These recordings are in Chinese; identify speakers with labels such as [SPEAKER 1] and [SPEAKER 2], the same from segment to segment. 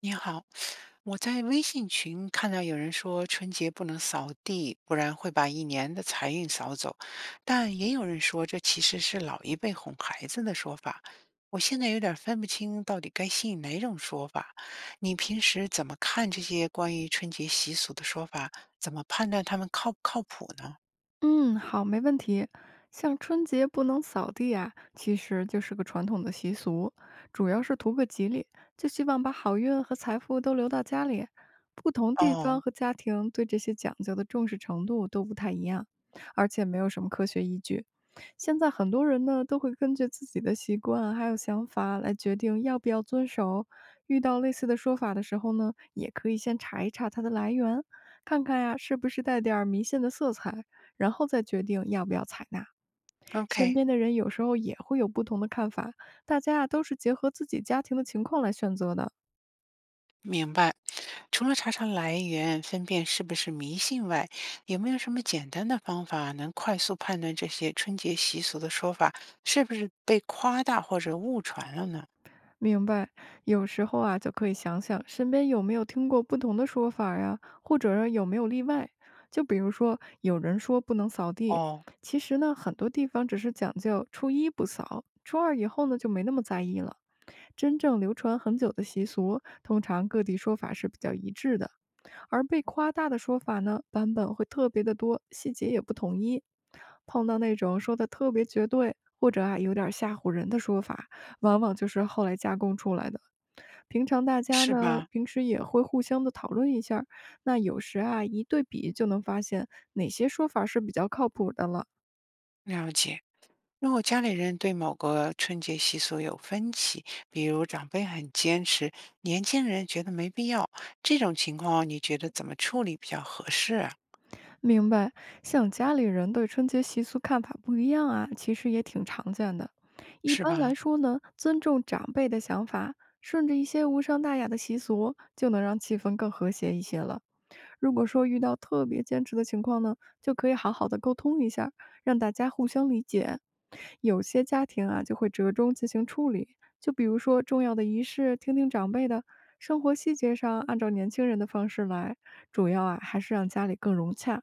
[SPEAKER 1] 你好，我在微信群看到有人说春节不能扫地，不然会把一年的财运扫走。但也有人说这其实是老一辈哄孩子的说法。我现在有点分不清到底该信哪种说法。你平时怎么看这些关于春节习俗的说法？怎么判断他们靠不靠谱呢？
[SPEAKER 2] 嗯，好，没问题。像春节不能扫地啊，其实就是个传统的习俗，主要是图个吉利，就希望把好运和财富都留到家里。不同地方
[SPEAKER 1] 哦
[SPEAKER 2] 和家庭对这些讲究的重视程度都不太一样，而且没有什么科学依据。现在很多人呢都会根据自己的习惯还有想法来决定要不要遵守。遇到类似的说法的时候呢，也可以先查一查它的来源，看看呀是不是带点儿迷信的色彩。然后再决定要不要采纳。身
[SPEAKER 1] ，OK，
[SPEAKER 2] 边的人有时候也会有不同的看法，大家啊都是结合自己家庭的情况来选择的。
[SPEAKER 1] 明白。除了查查来源，分辨是不是迷信外，有没有什么简单的方法能快速判断这些春节习俗的说法是不是被夸大或者误传了呢？
[SPEAKER 2] 明白，有时候啊就可以想想身边有没有听过不同的说法呀，或者有没有例外。就比如说，有人说不能扫地，
[SPEAKER 1] 哦，
[SPEAKER 2] 其实呢，很多地方只是讲究初一不扫，初二以后呢就没那么在意了。真正流传很久的习俗，通常各地说法是比较一致的。而被夸大的说法呢，版本会特别的多，细节也不统一。碰到那种说的特别绝对，或者啊有点吓唬人的说法，往往就是后来加工出来的。平常大家
[SPEAKER 1] 是
[SPEAKER 2] 呢，
[SPEAKER 1] 吧？
[SPEAKER 2] 平时也会互相的讨论一下儿那有时啊一对比就能发现哪些说法是比较靠谱的了。
[SPEAKER 1] 了解。如果家里人对某个春节习俗有分歧，比如长辈很坚持，年轻人觉得没必要，这种情况你觉得怎么处理比较合适啊？
[SPEAKER 2] 明白，像家里人对春节习俗看法不一样啊，其实也挺常见的。一
[SPEAKER 1] 是
[SPEAKER 2] 般
[SPEAKER 1] 吧
[SPEAKER 2] 来说呢，尊重长辈的想法，顺着一些无伤大雅的习俗，就能让气氛更和谐一些了。如果说遇到特别坚持的情况呢，就可以好好的沟通一下，让大家互相理解。有些家庭啊，就会折中进行处理，就比如说重要的仪式，听听长辈的。生活细节上按照年轻人的方式来，主要啊还是让家里更融洽。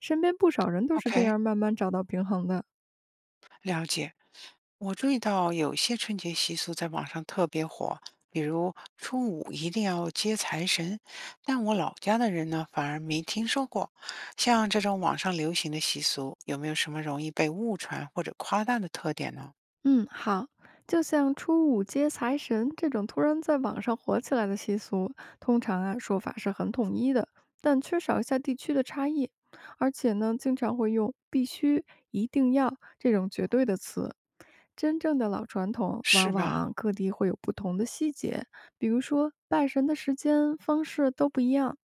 [SPEAKER 2] 身边不少人都是这
[SPEAKER 1] ？OK，
[SPEAKER 2] 样慢慢找到平衡的。
[SPEAKER 1] 了解，我注意到有些春节习俗在网上特别火，比如初五一定要接财神，但我老家的人呢，反而没听说过。像这种网上流行的习俗，有没有什么容易被误传或者夸大的特点呢？
[SPEAKER 2] 嗯，好，就像初五接财神这种突然在网上火起来的习俗，通常啊说法是很统一的，但缺少一下地区的差异，而且呢经常会用“必须”“一定要”这种绝对的词。真正的老传统，往
[SPEAKER 1] 是
[SPEAKER 2] 往
[SPEAKER 1] 吧
[SPEAKER 2] 啊各地会有不同的细节，比如说拜神的时间、方式都不一样。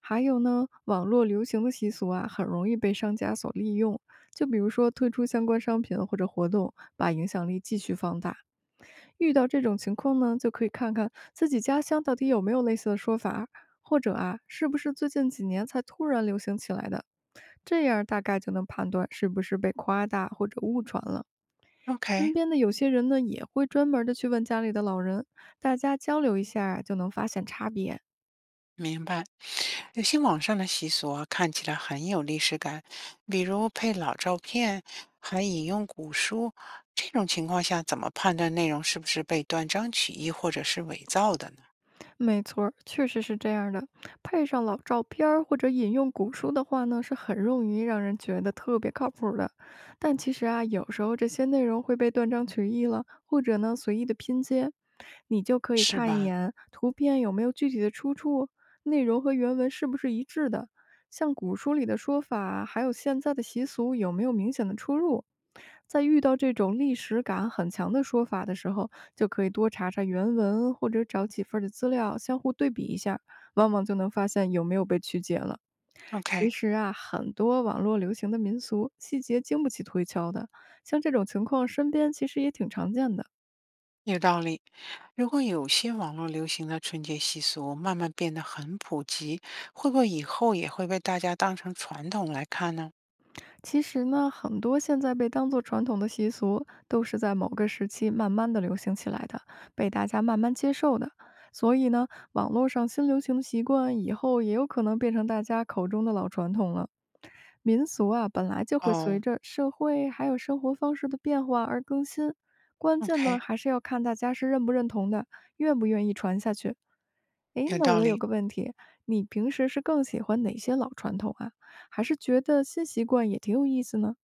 [SPEAKER 2] 还有呢，网络流行的习俗啊，很容易被商家所利用。就比如说推出相关商品或者活动，把影响力继续放大。遇到这种情况呢，就可以看看自己家乡到底有没有类似的说法，或者啊，是不是最近几年才突然流行起来的。这样大概就能判断是不是被夸大或者误传了。身
[SPEAKER 1] ？OK，
[SPEAKER 2] 边的有些人呢，也会专门的去问家里的老人，大家交流一下啊就能发现差别。
[SPEAKER 1] 明白。有些网上的习俗啊，看起来很有历史感，比如配老照片，还引用古书。这种情况下，怎么判断内容是不是被断章取义或者是伪造的呢？
[SPEAKER 2] 没错儿确实是这样儿的。配上老照片儿或者引用古书的话呢，是很容易让人觉得特别靠谱儿的。但其实啊，有时候这些内容会被断章取义了，或者呢随意的拼接。你就可以
[SPEAKER 1] 是
[SPEAKER 2] 看一
[SPEAKER 1] 吧
[SPEAKER 2] 眼图片有没有具体的出处，内容和原文是不是一致的，像古书里的说法，还有现在的习俗有没有明显的出入。在遇到这种历史感很强的说法的时候，就可以多查查原文，或者找几份儿的资料相互对比一下，往往就能发现有没有被曲解了。其
[SPEAKER 1] ？OK，
[SPEAKER 2] 实啊，很多网络流行的民俗细节经不起推敲的，像这种情况身边其实也挺常见的。
[SPEAKER 1] 有道理。如果有些网络流行的春节习俗慢慢变得很普及，会不会以后也会被大家当成传统来看呢？
[SPEAKER 2] 其实呢，很多现在被当作传统的习俗，都是在某个时期慢慢的流行起来的，被大家慢慢接受的。所以呢，网络上新流行的习惯，以后也有可能变成大家口中的老传统了。民俗啊，本来就会随
[SPEAKER 1] 哦
[SPEAKER 2] 着社会还有生活方式的变化而更新，关键
[SPEAKER 1] ，OK，
[SPEAKER 2] 呢，还是要看大家是认不认同的，愿不愿意传下去。诶，
[SPEAKER 1] 有
[SPEAKER 2] 那
[SPEAKER 1] 道
[SPEAKER 2] 我有
[SPEAKER 1] 理。
[SPEAKER 2] 个问题，你平时是更喜欢哪些老传统啊？还是觉得新习惯也挺有意思呢？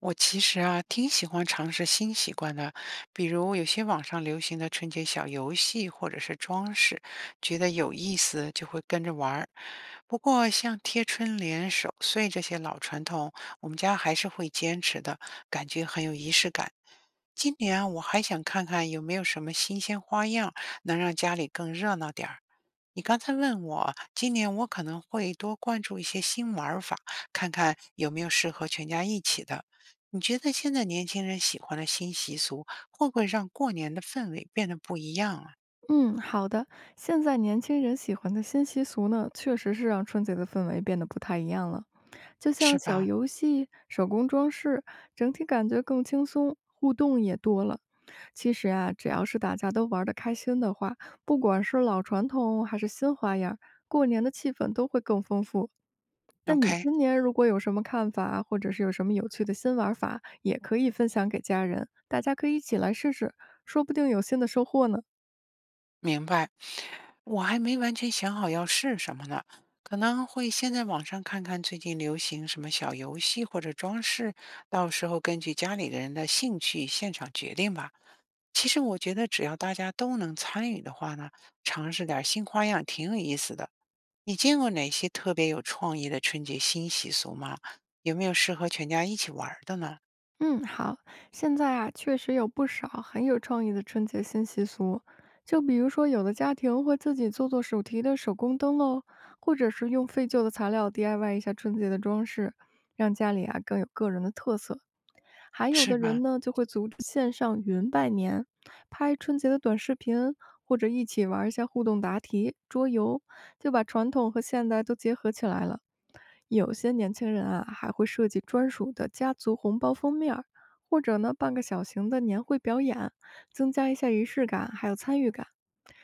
[SPEAKER 1] 我其实啊，挺喜欢尝试新习惯的，比如有些网上流行的春节小游戏或者是装饰，觉得有意思就会跟着玩儿。不过像贴春联、守岁这些老传统，我们家还是会坚持的，感觉很有仪式感。今年啊我还想看看有没有什么新鲜花样，能让家里更热闹点儿。你刚才问我，今年我可能会多关注一些新玩儿法，看看有没有适合全家一起的。你觉得现在年轻人喜欢的新习俗，会不会让过年的氛围变得不一样啊？
[SPEAKER 2] 嗯，好的。现在年轻人喜欢的新习俗呢，确实是让春节的氛围变得不太一样了。就
[SPEAKER 1] 是
[SPEAKER 2] 像小
[SPEAKER 1] 吧
[SPEAKER 2] 游戏、手工装饰，整体感觉更轻松，互动也多了。其实啊，只要是大家都玩得开心的话，不管是老传统还是新花样儿过年的气氛都会更丰富。那你
[SPEAKER 1] ？OK，
[SPEAKER 2] 今年如果有什么看法，或者是有什么有趣的新玩法，也可以分享给家人，大家可以一起来试试，说不定有新的收获呢。
[SPEAKER 1] 明白。我还没完全想好要试什么呢，可能会先在网上看看最近流行什么小游戏或者装饰，到时候根据家里的人的兴趣现场决定吧。其实我觉得只要大家都能参与的话呢，尝试点儿新花样挺有意思的。你见过哪些特别有创意的春节新习俗吗？有没有适合全家一起玩儿的呢？
[SPEAKER 2] 嗯，好，现在啊，确实有不少很有创意的春节新习俗，就比如说，有的家庭会自己做做手提的手工灯笼，或者是用废旧的材料 DIY 一下春节的装饰，让家里啊更有个人的特色。还有
[SPEAKER 1] 是
[SPEAKER 2] 的
[SPEAKER 1] 吗
[SPEAKER 2] 人呢，就会组织线上云拜年，拍春节的短视频，或者一起玩一下互动答题、桌游，就把传统和现代都结合起来了。有些年轻人啊，还会设计专属的家族红包封面儿，或者呢办个小型的年会表演，增加一下仪式感，还有参与感。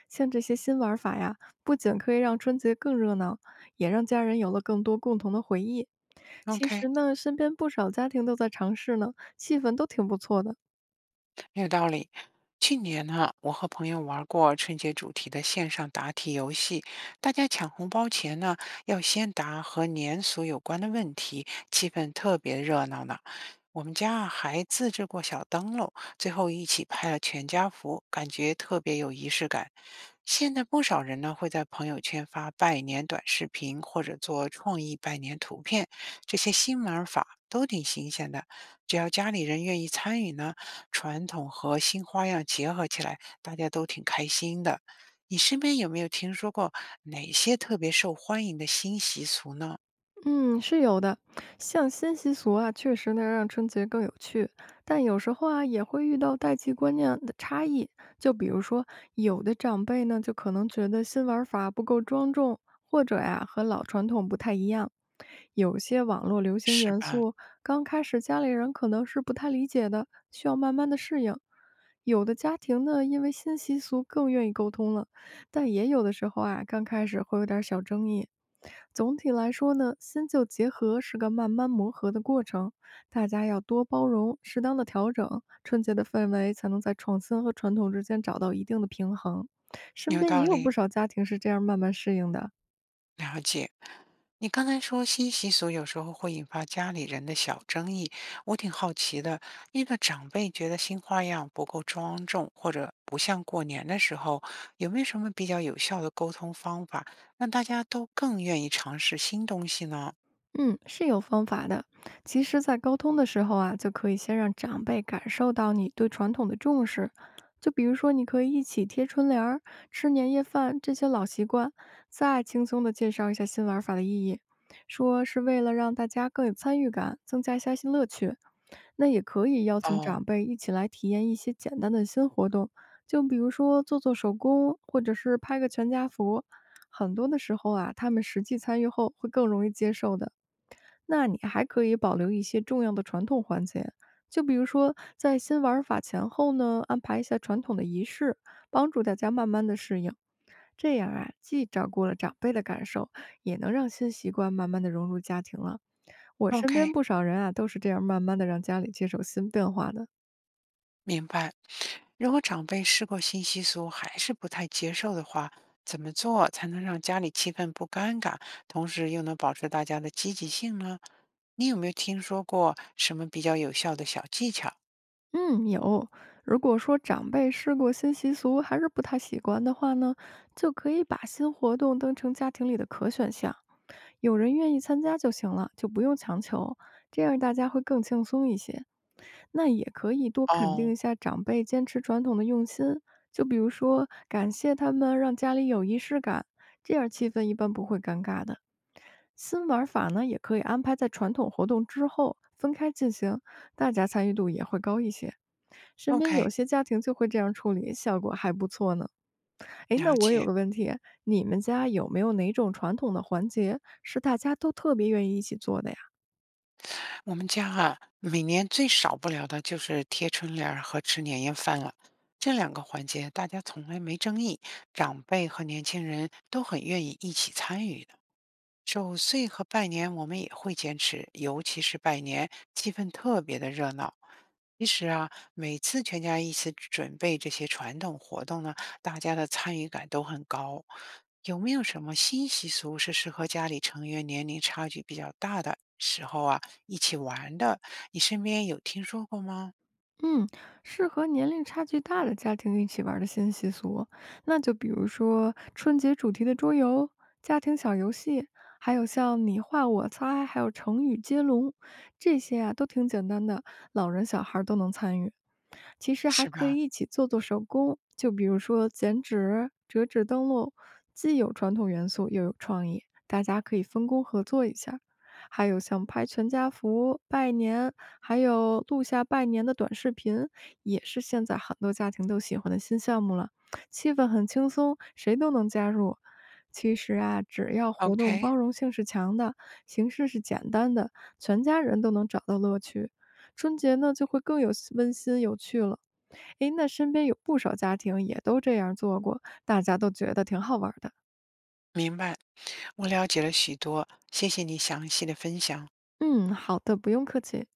[SPEAKER 2] 像这些新玩法呀，不仅可以让春节更热闹，也让家人有了更多共同的回忆。其
[SPEAKER 1] ？OK。
[SPEAKER 2] 实呢，身边不少家庭都在尝试呢，气氛都挺不错的。
[SPEAKER 1] 有道理。去年呢，我和朋友玩过春节主题的线上答题游戏，大家抢红包前呢，要先答和年俗有关的问题，气氛特别热闹呢。我们家啊还自制过小灯笼，最后一起拍了全家福，感觉特别有仪式感。现在不少人呢会在朋友圈发拜年短视频，或者做创意拜年图片，这些新玩法都挺新鲜的。只要家里人愿意参与呢。传统和新花样结合起来，大家都挺开心的。你身边有没有听说过哪些特别受欢迎的新习俗呢？
[SPEAKER 2] 嗯，是有的，像新习俗啊，确实能让春节更有趣，但有时候啊，也会遇到代际观念的差异。就比如说，有的长辈呢，就可能觉得新玩法不够庄重，或者呀，和老传统不太一样。有些网络流行
[SPEAKER 1] 是
[SPEAKER 2] 元
[SPEAKER 1] 吧？
[SPEAKER 2] 素，刚开始家里人可能是不太理解的，需要慢慢的适应。有的家庭呢，因为新习俗更愿意沟通了。但也有的时候啊，刚开始会有点儿小争议。总体来说呢，新旧结合是个慢慢磨合的过程，大家要多包容，适当的调整，春节的氛围才能在创新和传统之间找到一定的平衡。身
[SPEAKER 1] 有
[SPEAKER 2] 边也
[SPEAKER 1] 道
[SPEAKER 2] 有不
[SPEAKER 1] 理，
[SPEAKER 2] 少家庭是这样慢慢适应的。
[SPEAKER 1] 了解。你刚才说新习俗有时候会引发家里人的小争议，我挺好奇的。遇到长辈觉得新花样不够庄重，或者不像过年的时候，有没有什么比较有效的沟通方法，让大家都更愿意尝试新东西呢？
[SPEAKER 2] 嗯，是有方法的。其实，在沟通的时候啊，就可以先让长辈感受到你对传统的重视。就比如说，你可以一起贴春联儿、吃年夜饭这些老习惯，再轻松的介绍一下新玩法的意义，说是为了让大家更有参与感，增加一下新乐趣。那也可以邀请
[SPEAKER 1] 哦
[SPEAKER 2] 长辈一起来体验一些简单的新活动，就比如说做做手工，或者是拍个全家福。很多的时候啊，他们实际参与后会更容易接受的。那你还可以保留一些重要的传统环节，就比如说在新玩法前后呢，安排一下传统的仪式，帮助大家慢慢的适应。这样啊，既照顾了长辈的感受，也能让新习惯慢慢的融入家庭了。我身边
[SPEAKER 1] ，OK。
[SPEAKER 2] 不少人啊，都是这样慢慢的让家里接受新变化的。
[SPEAKER 1] 明白。如果长辈试过新习俗还是不太接受的话，怎么做才能让家里气氛不尴尬，同时又能保持大家的积极性呢？你有没有听说过什么比较有效的小技巧？
[SPEAKER 2] 嗯，有。如果说长辈试过新习俗还是不太习惯的话呢，就可以把新活动当成家庭里的可选项。有人愿意参加就行了，就不用强求，这样大家会更轻松一些。那也可以多肯定
[SPEAKER 1] 哦
[SPEAKER 2] 一下长辈坚持传统的用心，就比如说感谢他们让家里有仪式感，这样气氛一般不会尴尬的。新玩法呢，也可以安排在传统活动之后分开进行，大家参与度也会高一些。身边
[SPEAKER 1] ，OK，
[SPEAKER 2] 有些家庭就会这样处理，效果还不错呢。哎，
[SPEAKER 1] 了
[SPEAKER 2] 那我有
[SPEAKER 1] 解。
[SPEAKER 2] 个问题，你们家有没有哪种传统的环节是大家都特别愿意一起做的呀？
[SPEAKER 1] 我们家啊，每年最少不了的就是贴春联儿和吃年夜饭了。这两个环节大家从来没争议，长辈和年轻人都很愿意一起参与的。守岁和拜年我们也会坚持，尤其是拜年，气氛特别的热闹。其实啊，每次全家一起准备这些传统活动呢，大家的参与感都很高。有没有什么新习俗是适合家里成员年龄差距比较大的时候啊一起玩的？你身边有听说过吗？
[SPEAKER 2] 嗯，适合年龄差距大的家庭一起玩儿的新习俗，那就比如说春节主题的桌游、家庭小游戏，还有像你画我猜，还有成语接龙，这些啊都挺简单的，老人小孩儿都能参与。其实还
[SPEAKER 1] 是
[SPEAKER 2] 可
[SPEAKER 1] 吧
[SPEAKER 2] 以一起做做手工，就比如说剪纸、折纸灯笼，既有传统元素又有创意，大家可以分工合作一下。还有像拍全家福、拜年还有录下拜年的短视频，也是现在很多家庭都喜欢的新项目了，气氛很轻松，谁都能加入。其实啊，只要活动
[SPEAKER 1] ？OK，
[SPEAKER 2] 包容性是强的，形式是简单的，全家人都能找到乐趣。春节呢就会更有温馨有趣了。诶，那身边有不少家庭也都这样做过，大家都觉得挺好玩儿的。
[SPEAKER 1] 明白，我了解了许多，谢谢你详细的分享。
[SPEAKER 2] 嗯，好的，不用客气。